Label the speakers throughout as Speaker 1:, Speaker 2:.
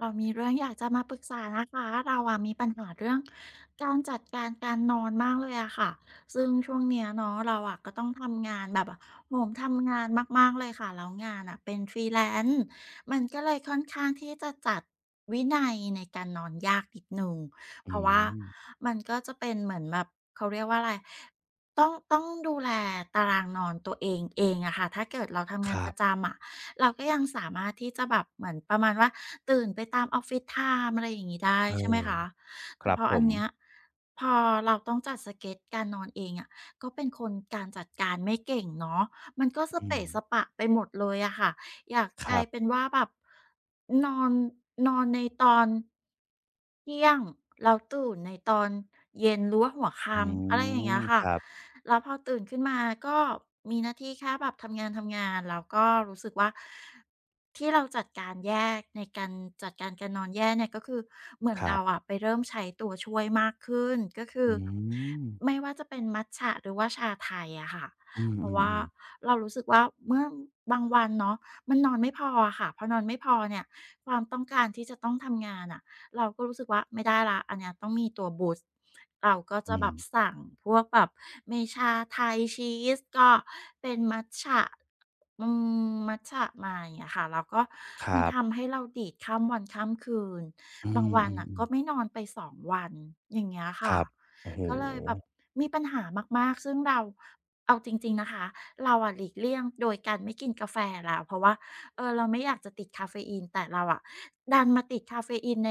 Speaker 1: เรามีเรื่องอยากจะมาปรึกษานะคะเราอะมีปัญหาเรื่องการจัดการการนอนมากเลยอะค่ะซึ่งช่วงเนี้ยเนาะเราอะก็ต้องทำงานแบบโหมทำงานมากๆเลยค่ะแล้วงานอะเป็น Freelance มันก็เลยค่อนข้างที่จะจัดวินัยในการนอนยากนิดหนึ่งเพ
Speaker 2: อื
Speaker 1: ราะว่า
Speaker 2: ม
Speaker 1: มันก็จะเป็นเหมือนแบบเขาเรียกว่าอะไร ต้องดูแลตารางนอนตัวเองเองอะค่ะถ้าเกิดเราทำ
Speaker 2: ค
Speaker 1: งาน
Speaker 2: รั
Speaker 1: ประ
Speaker 2: บ
Speaker 1: จำอะเราก็ยังสามารถที่จะแบบเหมือนประมาณว่าตื่นไปตามออฟฟิศไทม์อะไรอย่างนี้ได้
Speaker 2: เอ
Speaker 1: ใช่ไหม
Speaker 2: อ
Speaker 1: คะ
Speaker 2: ค
Speaker 1: แต่
Speaker 2: รั
Speaker 1: พ
Speaker 2: บ
Speaker 1: อ
Speaker 2: ผ
Speaker 1: อัน
Speaker 2: ม
Speaker 1: เนี้ยพอเราต้องจัดสเกตการนอนเองอะก็เป็นคนการจัดการไม่เก่งเนาะมันก็สะ
Speaker 2: อืม
Speaker 1: เปะสะปะไปหมดเลยอะค่ะอยาก
Speaker 2: ค
Speaker 1: กลา
Speaker 2: รั
Speaker 1: ยเป็น
Speaker 2: บ
Speaker 1: ว่าแบบนอนนอนในตอน เที่ยงเราตื่นในตอนเย็นหรือว่าหัว
Speaker 2: อื
Speaker 1: ค่ำอะไรอย่างเงี้
Speaker 2: ม
Speaker 1: ย
Speaker 2: ค
Speaker 1: ค่ะ
Speaker 2: รับ
Speaker 1: แล้วพอตื่นขึ้นมาก็มีหน้าที่แค่แบบทำงานแล้วก็รู้สึกว่าที่เราจัดการแยกในการจัดการการนอนแย่เนี่ยก็คือเหมือน
Speaker 2: ครั
Speaker 1: เรา
Speaker 2: บ
Speaker 1: อะไปเริ่มใช้ตัวช่วยมากขึ้นก็คือ
Speaker 2: อืม
Speaker 1: ไม่ว่าจะเป็นมัตจะหรือว่าชาไทยอะค่ะ
Speaker 2: อื
Speaker 1: เพราะว่า
Speaker 2: มๆๆ
Speaker 1: เรารู้สึกว่าเมื่อบางวันเนาะมันนอนไม่พออะค่ะพอนอนไม่พอเนี่ยความต้องการที่จะต้องทำงานอะ เราก็รู้สึกว่าไม่ได้ละอันเนี้ยต้องมีตัวบูสต์เราก็
Speaker 2: อื
Speaker 1: จะแบ
Speaker 2: ม
Speaker 1: บสั่งพวกแบบเมชาไทยชีสก็เป็นมัตจะอืมัตจะมาอย่างเงี้ยค่ะแล้วก็
Speaker 2: ค
Speaker 1: มัน
Speaker 2: รั
Speaker 1: ทำ
Speaker 2: บ
Speaker 1: ให้เราดีดข้ามวันข้ามคืน
Speaker 2: อื
Speaker 1: บางวัน
Speaker 2: ม
Speaker 1: น่ะ
Speaker 2: ๆ
Speaker 1: ก็ไม่
Speaker 2: ๆ
Speaker 1: นอนไปสองวันอย่างเงี้ย
Speaker 2: ค
Speaker 1: ค่ะ
Speaker 2: รับโอ้โฮ
Speaker 1: ก็เลยแบบมีปัญหามากๆซึ่งเราเอาจริงๆนะคะเราอะหลีกเลี่ยงโดยการไม่กินกาแฟแล้วเพราะว่า เราไม่อยากจะติดคาเฟอีนแต่เราอะดันมาติดคาเฟอีนใน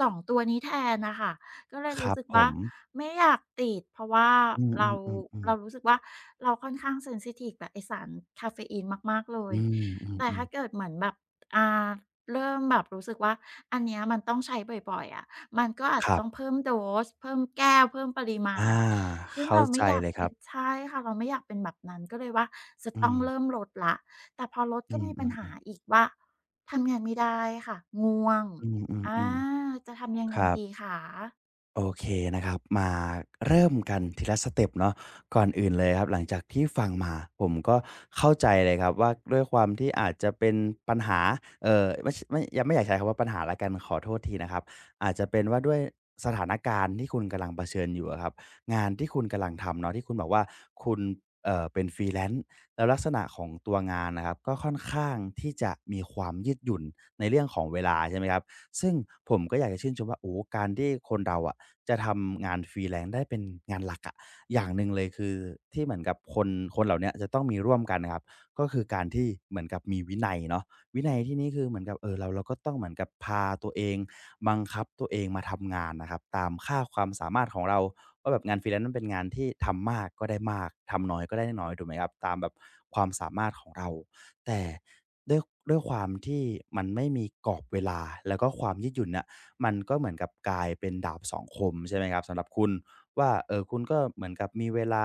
Speaker 1: 2ตัวนี้แทนน่ะค่ะก็เลย
Speaker 2: ค
Speaker 1: รู้
Speaker 2: รับ
Speaker 1: สึก
Speaker 2: ผ
Speaker 1: ว่า
Speaker 2: ม
Speaker 1: ไม่อยากติดเพราะว่า
Speaker 2: อื
Speaker 1: เรา
Speaker 2: มๆ
Speaker 1: เรา
Speaker 2: ๆ
Speaker 1: รู้
Speaker 2: ๆ
Speaker 1: สึกว่าเราค่อนข้างเซนซิทิฟกับไอ้สารคาเฟอีนมากๆเล
Speaker 2: อื
Speaker 1: ย
Speaker 2: มอ
Speaker 1: แต่
Speaker 2: ืม
Speaker 1: ถ้า
Speaker 2: ๆ
Speaker 1: เกิดเหมือนแบบอ่าเริ่มแบบรู้สึกว่าอันเนี้ยมันต้องใช้บ่อยๆอะมันก็อาจ
Speaker 2: ค
Speaker 1: จะ
Speaker 2: รั
Speaker 1: ต้อง
Speaker 2: บ
Speaker 1: เพิ่มโดสเพิ่มแก้วเพิ่มปริมา
Speaker 2: อา
Speaker 1: ณซึ่ง
Speaker 2: เข้า
Speaker 1: เรา
Speaker 2: ใจ
Speaker 1: ไม่อยาก
Speaker 2: เลยค
Speaker 1: เป็
Speaker 2: รับ
Speaker 1: นใช่ค่ะเราไม่อยากเป็นแบบนั้นก็เลยว่าจะ
Speaker 2: อื
Speaker 1: ต้อง
Speaker 2: ม
Speaker 1: เริ่มลดแล้ว แต่พอรถ
Speaker 2: อื
Speaker 1: ก็มีปัญหา
Speaker 2: อ
Speaker 1: อี
Speaker 2: ๆ
Speaker 1: กว่าทำงานไม่ได้ค่ะง่วง
Speaker 2: ๆอ
Speaker 1: อา
Speaker 2: ืม
Speaker 1: จะ
Speaker 2: ๆ
Speaker 1: ทำยัง
Speaker 2: ๆค
Speaker 1: ไง
Speaker 2: รับ
Speaker 1: ดีคะ
Speaker 2: โอเคนะครับมาเริ่มกันทีละสเต็ปเนาะก่อนอื่นเลยครับหลังจากที่ฟังมาผมก็เข้าใจเลยครับว่าด้วยความที่อาจจะเป็นปัญหาไม่ชไม่ยังไม่อยากใช้คำว่าปัญหาแล้วกันขอโทษทีนะครับอาจจะเป็นว่าด้วยสถานการณ์ที่คุณกำลังเผชิญอยู่อะครับงานที่คุณกำลังทำเนาะที่คุณบอกว่าคุณเป็น Freelance แล้วลักษณะของตัวงานนะครับก็ค่อนข้างที่จะมีความยืดหยุ่นในเรื่องของเวลาใช่ไหมครับซึ่งผมก็อยากจะชื่นชมว่าโอ้การที่คนเราอะจะทำงาน Freelance ได้เป็นงานหลักอะอย่างหนึ่งเลยคือที่เหมือนกับคนเหล่าเนี้ยจะต้องมีร่วมกันนะครับก็คือการที่เหมือนกับมีวินัยเนาะ วินัยที่นี่คือเหมือนกับเออเราก็ต้องเหมือนกับพาตัวเองบังคับตัวเองมาทำงานนะครับตามค่าความสามารถของเราว่าแบบงาน freelance มันเป็นงานที่ทำมากก็ได้มากทำน้อยก็ได้น้อยถูกไหมครับตามแบบความสามารถของเราแต่ด้วยด้วยความที่มันไม่มีกรอบเวลาแล้วก็ความยืดหยุ่นเนี่ยมันก็เหมือนกับกลายเป็นดาบสองคมใช่ไหมครับสำหรับคุณ ว่าเออคุณก็เหมือนกับมีเวลา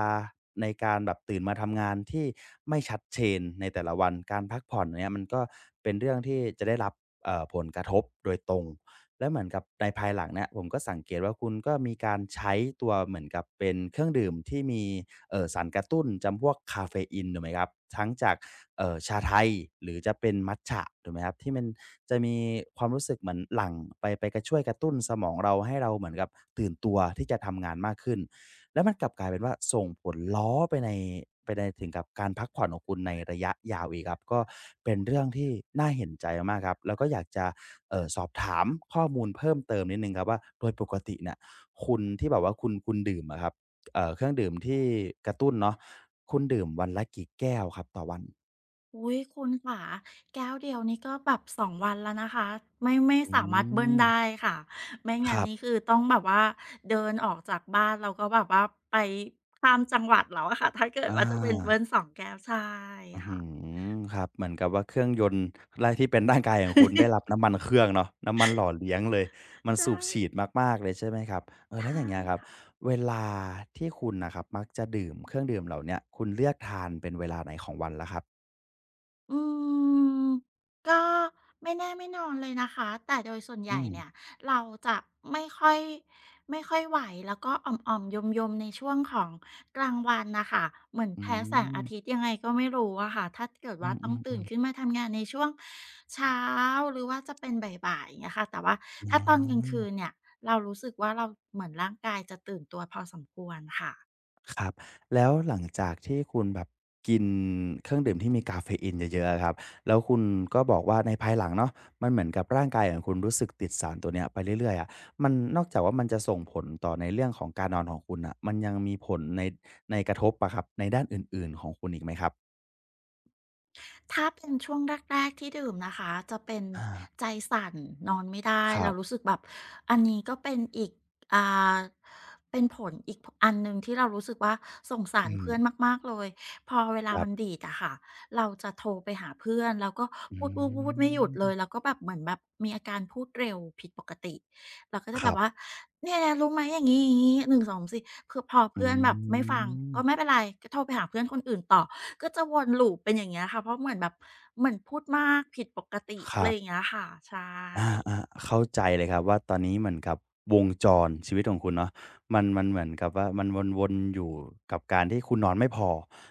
Speaker 2: ในการแบบตื่นมาทำงานที่ไม่ชัดเจนในแต่ละวันการพักผ่อนเนี่ยมันก็เป็นเรื่องที่จะได้รับผลกระทบโดยตรงแล้วเหมือนกับในภายหลังเนี่ยผมก็สังเกตว่าคุณก็มีการใช้ตัวเหมือนกับเป็นเครื่องดื่มที่มีสารกระตุ้นจำพวกกาเฟอีนถูกไหมครับทั้งจาก ชาไทยหรือจะเป็นมัตจะถูกไหมครับที่มันจะมีความรู้สึกเหมือนหลั่งไปกระช่วยกระตุ้นสมองเราให้เราเหมือนกับตื่นตัวที่จะทำงานมากขึ้นแล้วมันกลับกลายเป็นว่าส่งผลล้อไปในถึงกับการพักผ่อนของคุณในระยะยาวอีกครับก็เป็นเรื่องที่น่าเห็นใจมากๆครับแล้วก็อยากจะสอบถามข้อมูลเพิ่มเติมนิดนึงครับว่าโดยปกติเนี่ยคุณที่แบบว่าคุณดื่มอะครับเครื่องดื่มที่กระตุ้นเนาะคุณดื่มวันละกี่แก้วครับต่อวัน
Speaker 1: อุ๊ยคุณขาแก้วเดียวนี่ก็แบบ2วันแล้วนะคะไม่
Speaker 2: อื
Speaker 1: สามารถเบิ้ล
Speaker 2: ม
Speaker 1: ได้ค่ะไม่
Speaker 2: ค
Speaker 1: งั้น
Speaker 2: รั
Speaker 1: นี่
Speaker 2: บ
Speaker 1: คือต้องแบบว่าเดินออกจากบ้านแล้วก็แบบว่าไปข้ามจังหวัดแล้วอะค่ะถ้าเกิด
Speaker 2: อา
Speaker 1: ว่าจะเป็นเบิ้ล2แก้วใช่
Speaker 2: อื้อฮื
Speaker 1: ค่ะ
Speaker 2: อครับ เหมือนกับว่าเครื่องยนต์ไรที่เป็นร่างกายของคุณได้รับน้ำมันเครื่องเนาะน้ำมันหล่อเลี้ยงเลยมัน
Speaker 1: ใช่
Speaker 2: สูบฉีดมากๆเลยใช่ไหมครับเออแล้ว
Speaker 1: ใช่
Speaker 2: อย่างเงี้ยครับ
Speaker 1: ค่ะ
Speaker 2: เวลาที่คุณน่ะครับมักจะดื่มเครื่องดื่มเหล่าเนี้ยคุณเลือกทานเป็นเวลาไหนของวันล่ะครับ
Speaker 1: อืมก็ไม่นอนเลยนะคะแต่โดยส่วนให
Speaker 2: อื
Speaker 1: ญ่
Speaker 2: ม
Speaker 1: เนี่ยเราจะไม่ค่อยไม่ค่อยไหวแล้วก็อ่อมๆยมๆในช่วงของกลางวันนะคะเหมือน
Speaker 2: อื
Speaker 1: แพ้แสง
Speaker 2: ม
Speaker 1: อาทิตย์ยังไงก็ไม่รู้อะค่ะถ้าเกิด
Speaker 2: อื
Speaker 1: ว่าต้องตื่น
Speaker 2: มๆ
Speaker 1: ขึ้นมา
Speaker 2: ๆ
Speaker 1: ทำงานในช่วงเช้าหรือว่าจะเป็นบ่ายๆอย่างเงี้ยค่ะแต่ว่า
Speaker 2: อ
Speaker 1: ถ้าตอนกลางคื
Speaker 2: า
Speaker 1: นเนี่ยเรารู้สึกว่าเราเหมือนร่างกายจะตื่นตัวพอสมควรค่ะ
Speaker 2: ครับแล้วหลังจากที่คุณแบบกินเครื่องดื่มที่มีกาเฟอีนเยอะๆอะครับแล้วคุณก็บอกว่าในภายหลังเนาะมันเหมือนกับร่างกายของคุณรู้สึกติดสารตัวเนี้ยไปเรื่อยๆอะมันนอกจากว่ามันจะส่งผลต่อในเรื่องของการนอนของคุณน่ะมันยังมีผลในกระทบอะครับในด้านอื่นๆของคุณอีกไหมครับ
Speaker 1: ถ้าเป็นช่วงแรกๆที่ดื่มนะคะจะเป็น
Speaker 2: อา
Speaker 1: ใจสั่นนอนไม่ได้
Speaker 2: ครั
Speaker 1: เรารู้
Speaker 2: บ
Speaker 1: สึกแบบอันนี้ก็เป็นอีกอ่าเป็นผลอีกผอันหนึ่งที่เรารู้สึกว่าสงสา
Speaker 2: อื
Speaker 1: ร
Speaker 2: ม
Speaker 1: เพื่อนมากๆเลยพอเวลา
Speaker 2: ครั
Speaker 1: มัน
Speaker 2: บ
Speaker 1: ดีดอะค่ะเราจะโทรไปหาเพื่อนแล้วก็
Speaker 2: อื
Speaker 1: พูดๆๆไม่หยุดเล
Speaker 2: ม
Speaker 1: ยแล้วก็แบบเหมือนแบบมีอาการพูดเร็วผิดปกติเราก็จะ
Speaker 2: ค
Speaker 1: แบ
Speaker 2: รั
Speaker 1: บว่า
Speaker 2: บ
Speaker 1: เนี่ยรู้ไหมอย่างงี้ๆ1 2 3" คือพอ
Speaker 2: อื
Speaker 1: เพื่อนแบบไม่ฟังก็ไม่
Speaker 2: ม
Speaker 1: เป็นไรก็โทรไปหาเพื่อนคนอื่นต่อ ก็จะวนลูปเป็นอย่างเงี้ยค่ะเพราะเหมือนแบบเหมือนพูดมากผิดปกติ
Speaker 2: ค
Speaker 1: อะไร
Speaker 2: รั
Speaker 1: อย่าง
Speaker 2: บ
Speaker 1: เงี้ยค่ะใช่
Speaker 2: อาอ่าเข้าใจเลยครับว่าตอนนี้เหมือนกับวงจรชีวิตของคุณเนาะมันเหมือนกับว่ามันวนๆอยู่กับการที่คุณนอนไม่พอ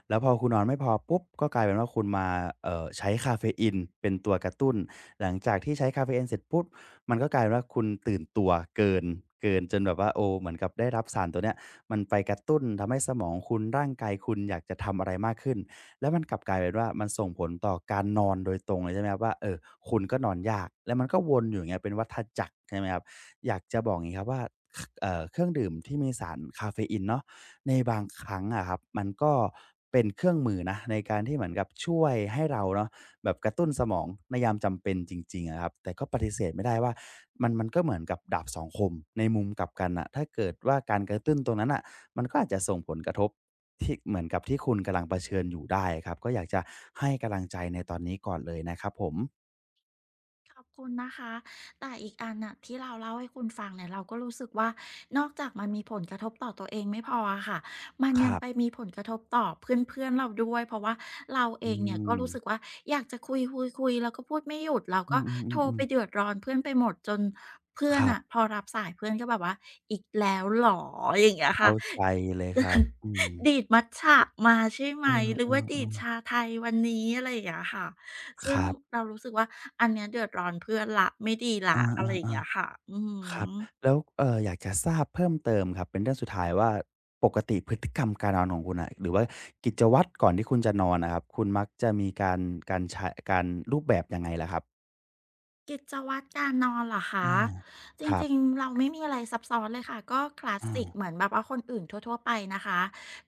Speaker 2: แล้วพอคุณนอนไม่พอปุ๊บก็กลายเป็นว่าคุณมาใช้คาเฟอีนเป็นตัวกระตุ้นหลังจากที่ใช้คาเฟอีนเสร็จปุ๊บมันก็กลายเป็นว่าคุณตื่นตัวเกินเกินจนแบบว่าโอ้เหมือนกับได้รับสารตัวเนี้ยมันไปกระตุ้นทำให้สมองคุณร่างกายคุณอยากจะทำอะไรมากขึ้น แล้วมันกลับกลายเป็นว่ามันส่งผลต่อการนอนโดยตรงเลยใช่ไหมครับว่าเออคุณก็นอนยากแล้วมันก็วนอยู่อย่างเงี้ยเป็นวัฏจักรใช่ไหมครับอยากจะบอกอย่างงี้ครับว่าคเอ่อเครื่องดื่มที่มีสารกาเฟอีนเนาะในบางครั้งอะครับมันก็เป็นเครื่องมือนะในการที่เหมือนกับช่วยให้เราเนาะแบบกระตุ้นสมองในยามจำเป็นจริงๆอะครับแต่ก็ปฏิเสธไม่ได้ว่ามันก็เหมือนกับดาบสองคมในมุมกลับกันน่ะถ้าเกิดว่าการกระตุ้นตรงนั้นน่ะมันก็อาจจะส่งผลกระทบ ที่เหมือนกับที่คุณกำลังเผชิญอยู่ได้ครับก็อยากจะให้กำลังใจในตอนนี้ก่อนเลยนะครับผม
Speaker 1: ขอบคุณนะคะแต่อีกอันน่ะที่เราเล่าให้คุณฟังเนี่ยเราก็รู้สึกว่านอกจากมันมีผลกระทบต่อตัวเองไม่พออะค่ะมัน
Speaker 2: ค
Speaker 1: ยัง
Speaker 2: รับ
Speaker 1: ไปมีผลกระทบต่อเพื่อนๆเราด้วยเพราะว่าเราเอ
Speaker 2: อื
Speaker 1: งเนี่ยก็
Speaker 2: ม
Speaker 1: รู้สึกว่าอยากจะคุยๆๆแล้วก็พูดไม่หยุดเรา
Speaker 2: อื
Speaker 1: ก็โท
Speaker 2: ม
Speaker 1: รไป
Speaker 2: ๆๆๆ
Speaker 1: เดือดร้อนเพื่อนไปหมดจนเพื่อ
Speaker 2: ค
Speaker 1: น
Speaker 2: รั
Speaker 1: น่ะ
Speaker 2: บ
Speaker 1: พอรับสายเพื่อนก็แบบว่าอีกแล้วเหรออย่างเงี้ยค่ะ
Speaker 2: เข้าใจเลยครับอืม
Speaker 1: ดีดมัตจะมาใช่ไห
Speaker 2: เอ
Speaker 1: มหรือว่าดี
Speaker 2: อ
Speaker 1: ดชา
Speaker 2: ๆๆ
Speaker 1: ไทยวันนี้อะไรอย่างเงี้ยค่ะซึ่
Speaker 2: ค
Speaker 1: ง
Speaker 2: รับ
Speaker 1: เรารู้สึกว่าอันเนี้ยเดือดร้อนเพื่อนแล้วไม่ดีแล้ว
Speaker 2: อา
Speaker 1: อะไรอย่างเงี้ยค่ะอือ
Speaker 2: ๆ
Speaker 1: ฮึ
Speaker 2: ๆครับแล้วอยากจะทราบเพิ่มเติมครับเป็นเรื่องสุดท้ายว่าปกติพฤติกรรมการนอนของคุณน่ะหรือว่ากิจวัตรก่อนที่คุณจะนอนอะครับคุณมักจะมีการรูปแบบยังไงล่ะครับ
Speaker 1: กิจวัตรการนอนเหรอ
Speaker 2: อา
Speaker 1: คะจ
Speaker 2: ครับ
Speaker 1: ริงๆเราไม่มีอะไรซับซ้อนเลยค่ะก็คลาส
Speaker 2: อา
Speaker 1: สิกเหมือนแบบว่าคนอื่นทั่วๆไปนะคะ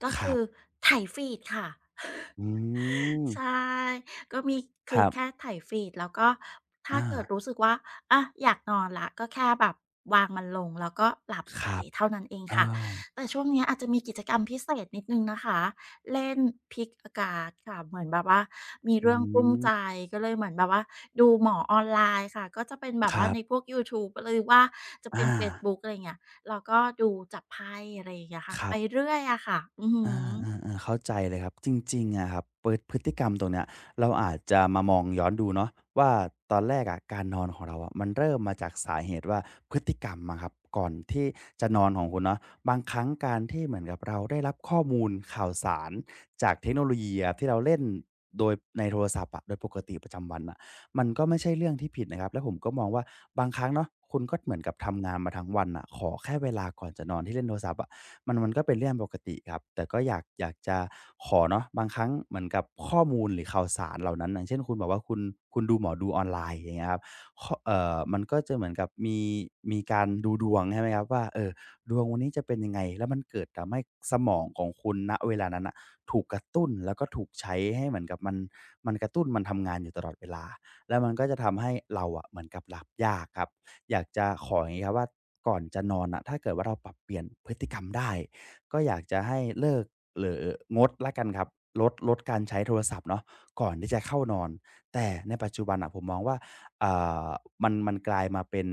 Speaker 1: ก็
Speaker 2: ค
Speaker 1: คื
Speaker 2: รั
Speaker 1: อ
Speaker 2: บ
Speaker 1: ไถฟีดค่ะ
Speaker 2: อืม
Speaker 1: ใช่ ก็มี
Speaker 2: ค
Speaker 1: คือ
Speaker 2: รั
Speaker 1: แค่
Speaker 2: บ
Speaker 1: ไถฟีดแล้วก็
Speaker 2: อา
Speaker 1: ถ้าเกิดรู้สึกว่าอะอยากนอนแล้วก็แค่แบบวางมันลง แล้วก็หลับ
Speaker 2: ค
Speaker 1: ไป
Speaker 2: รับ
Speaker 1: เท่านั้นเอง
Speaker 2: เออ
Speaker 1: ค่ะ แต่ช่วงเนี้ยอาจจะมีกิจกรรมพิเศษนิดหนึ่งนะคะ เล่นพิกอากาศค่ะ เหมือนแบบว่ามี
Speaker 2: อื
Speaker 1: เรื่องกลุ้มใจ
Speaker 2: ม
Speaker 1: ก็เลยเหมือนแบบว่าดูหมอออนไลน์ค่ะ ก็จะเป็นแบ
Speaker 2: ค
Speaker 1: บว่า
Speaker 2: รั
Speaker 1: ใน
Speaker 2: บ
Speaker 1: พวกยูทูบหรือว่าจะ
Speaker 2: อา
Speaker 1: เป็นเฟซบุ๊กอะไรอย่างเงี้ยแล้วก็ดูจับไพ่อะไรอย่างเงี้ยค่ะ
Speaker 2: ครั
Speaker 1: ไป
Speaker 2: บ
Speaker 1: เรื่อยอะค่ะอือฮึ
Speaker 2: อาๆๆเข้าใจเลยครับจริงๆอะครับพฤติกรรมตรงเนี้ยเราอาจจะมามองย้อนดูเนาะว่าตอนแรกอะการนอนของเราอะมันเริ่มมาจากสาเหตุว่าพฤติกรรมอะครับก่อนที่จะนอนของคุณเนาะบางครั้งการที่เหมือนกับเราได้รับข้อมูลข่าวสารจากเทคโนโลยีอะที่เราเล่นโดยในโทรศัพท์อะโดยปกติประจำวันอะ มันก็ไม่ใช่เรื่องที่ผิดนะครับ แล้วผมก็มองว่าบางครั้งเนาะคุณก็เหมือนกับทำงานมาทั้งวันอ่ะขอแค่เวลาก่อนจะนอนที่เล่นโทรศัพท์อะมันก็เป็นเรื่องปกติครับแต่ก็อยากจะขอเนาะบางครั้งเหมือนกับข้อมูลหรือข่าวสารเหล่านั้นอย่างเช่นคุณบอกว่าคุณดูหมอดูออนไลน์อย่างเงี้ยครับข้อเอ่อมันก็จะเหมือนกับมีการดูดวงใช่ไหมครับว่าเออดวงวันนี้จะเป็นยังไงแล้วมันเกิดทำให้สมองของคุณณเวลานั้นนะถูกกระตุ้นแล้วก็ถูกใช้ให้เหมือนกับมันกระตุ้นมันทำงานอยู่ตลอดเวลา แล้วมันก็จะทำให้เราอะเหมือนกับหลับยากครับอยากจะขออย่างงี้ครับว่าก่อนจะนอนน่ะถ้าเกิดว่าเราปรับเปลี่ยนพฤติกรรมได้ก็อยากจะให้เลิกหรืองดแล้วกันครับลดการใช้โทรศัพท์เนาะก่อนที่จะเข้านอนแต่ในปัจจุบันน่ะผมมองว่าอ่ามันกลายมาเป็น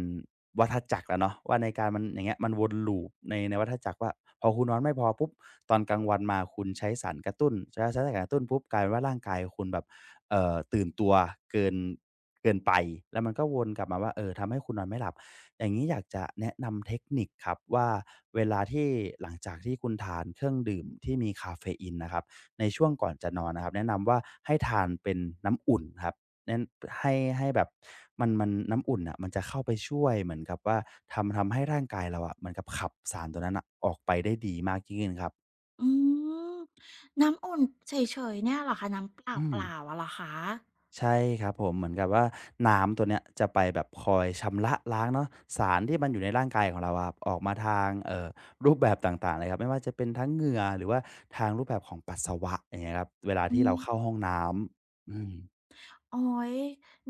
Speaker 2: วัฏจักรแล้วเนาะว่าในการมันอย่างเงี้ยมันวน loop ในวัฏจักรว่าพอคุณนอนไม่พอปุ๊บตอนกลางวันมาคุณใช้สารกระตุ้นใช้สารกระตุ้นปุ๊บกลายเป็นว่าร่างกายคุณแบบ ตื่นตัวเกินเกินไปแล้วมันก็วนกลับมาว่าเออทำให้คุณนอนไม่หลับอย่างงี้อยากจะแนะนำเทคนิคครับว่าเวลาที่หลังจากที่คุณทานเครื่องดื่มที่มีกาเฟอีนนะครับในช่วงก่อนจะนอนนะครับแนะนำว่าให้ทานเป็นน้ำอุ่นครับแนะให้ให้แบบมันน้ำอุ่นน่ะมันจะเข้าไปช่วยเหมือนกับว่าทำให้ร่างกายเราอะเหมือนกับขับสารตัวนั้นน่ะออกไปได้ดีมากยิ่งขึ้นครับ
Speaker 1: อืมน้ำอุ่นเฉยๆเนี่ยเหรอคะน้ำเป
Speaker 2: อืม
Speaker 1: ล่าๆอะเหรอคะ
Speaker 2: ใช่ครับผมเหมือนกับว่าน้ำตัวเนี้ยจะไปแบบคอยชำระล้างเนาะสารที่มันอยู่ในร่างกายของเราอะครับออกมาทางรูปแบบต่างๆเลยครับไม่ว่าจะเป็นทั้งเหงื่อหรือว่าทางรูปแบบของปัสสาวะอย่างเงี้ยครับเวลา
Speaker 1: อื
Speaker 2: ที่เรา
Speaker 1: ม
Speaker 2: เข้าห้องน้ำอืม
Speaker 1: โอ๊ย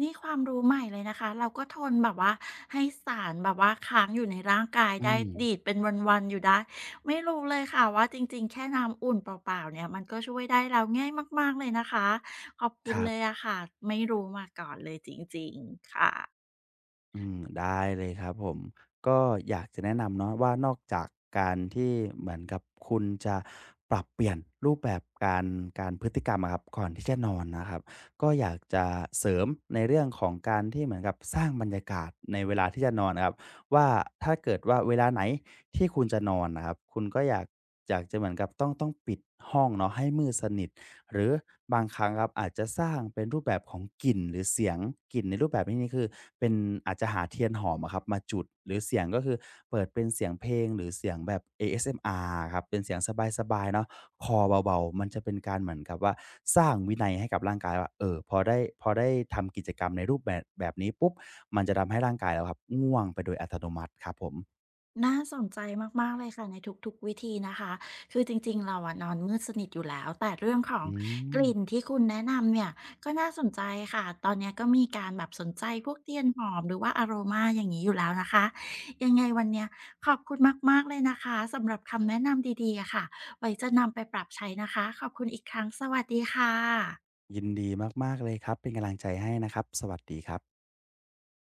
Speaker 1: นี่ความรู้ใหม่เลยนะคะเราก็ทนแบบว่าให้สารแบบว่าค้างอยู่ในร่างกาย
Speaker 2: อื
Speaker 1: ได้
Speaker 2: ม
Speaker 1: ดีดเป็นวันๆอยู่ได้ไม่รู้เลยค่ะว่าจริงๆแค่น้ำอุ่นเปล่าๆเนี่ยมันก็ช่วยได้แล้วง่ายมากๆเลยนะคะขอบคุ
Speaker 2: ค
Speaker 1: ณ
Speaker 2: รั
Speaker 1: เลย
Speaker 2: บ
Speaker 1: อะค่ะไม่รู้มาก่อนเลยจริงๆค่ะ
Speaker 2: อืมได้เลยครับผมก็อยากจะแนะนำเนาะว่านอกจากการที่เหมือนกับคุณจะปรับเปลี่ยนรูปแบบการพฤติกรรมอะครับก่อนที่จะนอนนะครับก็อยากจะเสริมในเรื่องของการที่เหมือนกับสร้างบรรยากาศในเวลาที่จะนอนนะครับว่าถ้าเกิดว่าเวลาไหนที่คุณจะนอนนะครับคุณก็อยากจะเหมือนกับต้องปิดห้องเนาะให้มืดสนิท หรือบางครั้งครับอาจจะสร้างเป็นรูปแบบของกลิ่นหรือเสียงกลิ่นในรูปแบบที่นี้คือเป็นอาจจะหาเทียนหอมอะครับมาจุดหรือเสียงก็คือเปิดเป็นเสียงเพลงหรือเสียงแบบ ASMR อเอสเอ็มอาร์ครับเป็นเสียงสบายๆเนาะคอเบาๆมันจะเป็นการเหมือนกับว่าสร้างวินัยให้กับร่างกายว่าเออพอได้ทำกิจกรรมในรูปแบบนี้ปุ๊บมันจะทำให้ร่างกายเราครับง่วงไปโดยอัตโนมัติครับผม
Speaker 1: น่าสนใจมากๆเลยค่ะในทุกๆวิธีนะคะคือจริงๆเราอะนอนมืดสนิทอยู่แล้วแต่เรื่องของ
Speaker 2: อื
Speaker 1: ก
Speaker 2: ม
Speaker 1: ลิ่นที่คุณแนะนำเนี่ยก็น่าสนใจค่ะตอนเนี้ยก็มีการแบบสนใจพวกเทียนหอมหรือว่าอะโรมาอย่างงี้อยู่แล้วนะคะยังไงวันเนี้ยขอบคุณมากๆเลยนะคะสำหรับคำแนะนำดีๆอะค่ะไว้จะนำไปปรับใช้นะคะขอบคุณอีกครั้งสวัสดีค่ะ
Speaker 2: ยินดีมากๆเลยครับเป็นกำลังใจให้นะครับสวัสดีครับ